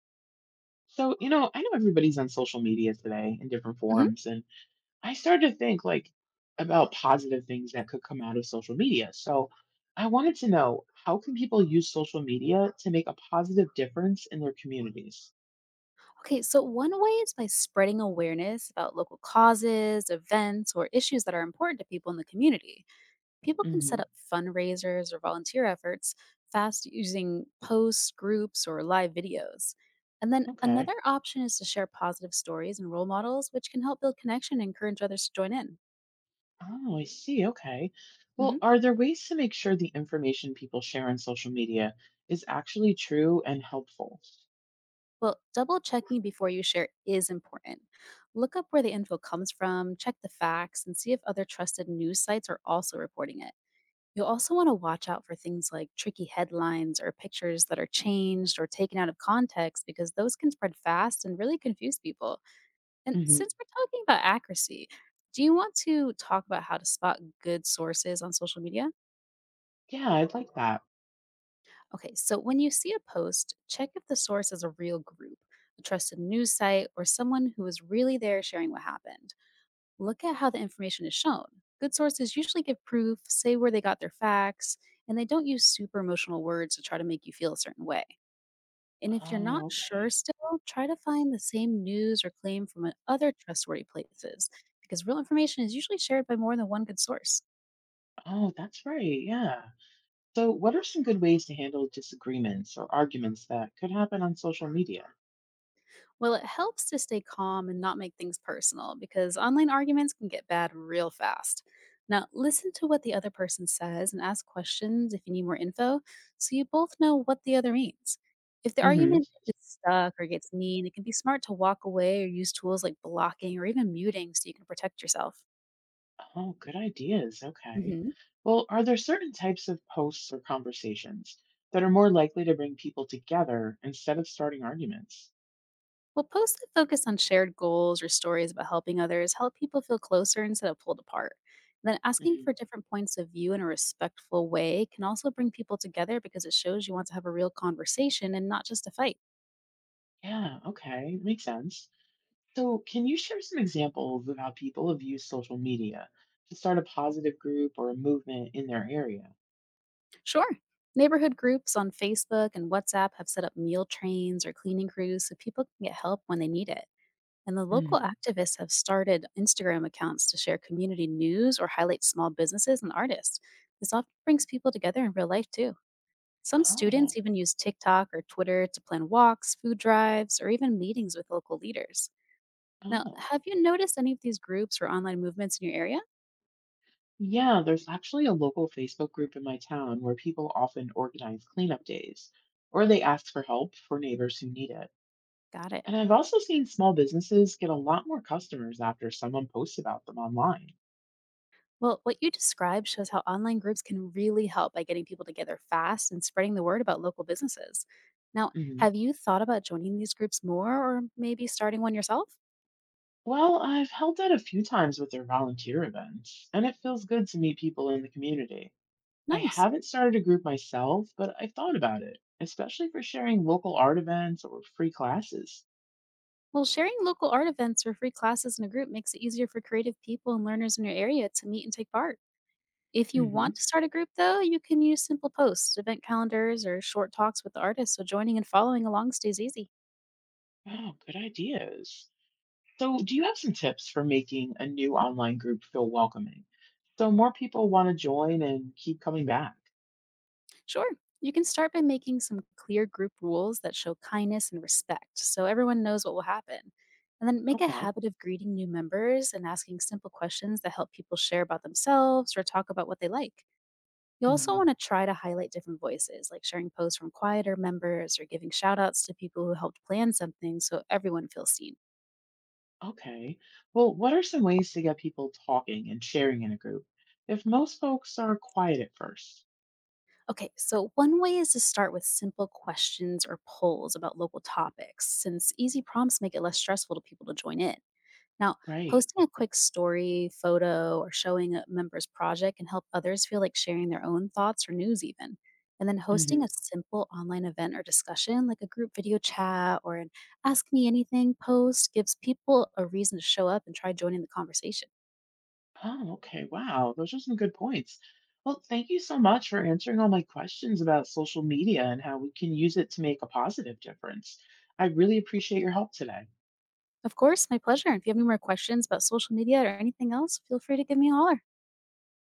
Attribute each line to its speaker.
Speaker 1: So, I know everybody's on social media today in different
Speaker 2: Mhm.
Speaker 1: forms, and I started to think like about positive things that could come out of social media. So, I wanted to know, how can people use social media to make a positive difference in their communities?
Speaker 2: Okay, so one way is by spreading awareness about local causes, events, or issues that are important to people in the community. People can set
Speaker 1: Hmm.
Speaker 2: up fundraisers or volunteer efforts fast using posts, groups, or live videos. And then
Speaker 1: Okay.
Speaker 2: another option is to share positive stories and role models, which can help build connection and encourage others to join in.
Speaker 1: Oh, I see. Okay. Well,
Speaker 2: hmm
Speaker 1: are there ways to make sure the information people share on social media is actually true and helpful?
Speaker 2: Well, double checking before you share is important. Look up where the info comes from, check the facts, and see if other trusted news sites are also reporting it. You'll also want to watch out for things like tricky headlines or pictures that are changed or taken out of context because those can spread fast and really confuse people. And
Speaker 1: Hmm.
Speaker 2: since we're talking about accuracy, do you want to talk about how to spot good sources on social media?
Speaker 1: Yeah, I'd like that.
Speaker 2: Okay, so when you see a post, check if the source is a real group, a trusted news site, or someone who is really there sharing what happened. Look at how the information is shown. Good sources usually give proof, say where they got their facts, and they don't use super emotional words to try to make you feel a certain way. And if you're
Speaker 1: Oh,
Speaker 2: not sure
Speaker 1: okay.
Speaker 2: still, try to find the same news or claim from other trustworthy places because real information is usually shared by more than one good source.
Speaker 1: Oh, that's right. Yeah. So, what are some good ways to handle disagreements or arguments that could happen on social media?
Speaker 2: Well, it helps to stay calm and not make things personal because online arguments can get bad real fast. Now, listen to what the other person says and ask questions if you need more info so you both know what the other means. If the
Speaker 1: Hmm.
Speaker 2: argument is stuck or gets mean, it can be smart to walk away or use tools like blocking or even muting so you can protect yourself.
Speaker 1: Oh, good ideas. Okay.
Speaker 2: hmm
Speaker 1: Well, are there certain types of posts or conversations that are more likely to bring people together instead of starting arguments?
Speaker 2: Well, posts that focus on shared goals or stories about helping others help people feel closer instead of pulled apart. Then asking
Speaker 1: Mhm.
Speaker 2: for different points of view in a respectful way can also bring people together because it shows you want to have a real conversation and not just a fight.
Speaker 1: Yeah, okay. Makes sense. So, can you share some examples of how people have used social media to start a positive group or a movement in their area?
Speaker 2: Sure. Neighborhood groups on Facebook and WhatsApp have set up meal trains or cleaning crews so people can get help when they need it. And the local
Speaker 1: Mhm.
Speaker 2: activists have started Instagram accounts to share community news or highlight small businesses and artists. This often brings people together in real life too. Some students
Speaker 1: Oh,
Speaker 2: even use TikTok or Twitter to plan walks, food drives, or even meetings with local leaders. Now,
Speaker 1: oh.
Speaker 2: have you noticed any of these groups or online movements in your area?
Speaker 1: Yeah, there's actually a local Facebook group in my town where people often organize cleanup days, or they ask for help for neighbors who need it.
Speaker 2: Got it.
Speaker 1: And I've also seen small businesses get a lot more customers after someone posts about them online.
Speaker 2: Well, what you described shows how online groups can really help by getting people together fast and spreading the word about local businesses. Now,
Speaker 1: Hmm.
Speaker 2: have you thought about joining these groups more or maybe starting one yourself?
Speaker 1: Well, I've helped out a few times with their volunteer events, and it feels good to meet people in the community. I
Speaker 2: Nice.
Speaker 1: haven't started a group myself, but I've thought about it, especially for sharing local art events or free classes.
Speaker 2: Well, sharing local art events or free classes in a group makes it easier for creative people and learners in your area to meet and take part. If you
Speaker 1: Hmm.
Speaker 2: want to start a group, though, you can use simple posts, event calendars, or short talks with the artist so joining and following along stays easy.
Speaker 1: Oh, good ideas. So, do you have some tips for making a new online group feel welcoming so more people want to join and keep coming back?
Speaker 2: Sure, you can start by making some clear group rules that show kindness and respect so everyone knows what will happen. And then make a
Speaker 1: Okay.
Speaker 2: habit of greeting new members and asking simple questions that help people share about themselves or talk about what they like. You also
Speaker 1: Hmm.
Speaker 2: want to try to highlight different voices, like sharing posts from quieter members or giving shout outs to people who helped plan something so everyone feels seen.
Speaker 1: Okay. Well, what are some ways to get people talking and sharing in a group if most folks are quiet at first?
Speaker 2: Okay, so one way is to start with simple questions or polls about local topics, since easy prompts make it less stressful to people to join in. Now,
Speaker 1: Right.
Speaker 2: posting a quick story, photo, or showing a member's project can help others feel like sharing their own thoughts or news, even. And then
Speaker 1: Hmm.
Speaker 2: hosting a simple online event or discussion, like a group video chat or an Ask Me Anything post, gives people a reason to show up and try joining the conversation.
Speaker 1: Oh, okay. Wow. Those are some good points. Well, thank you so much for answering all my questions about social media and how we can use it to make a positive difference. I really appreciate your help today.
Speaker 2: Of course, my pleasure. If you have any more questions about social media or anything else, feel free to give me a holler.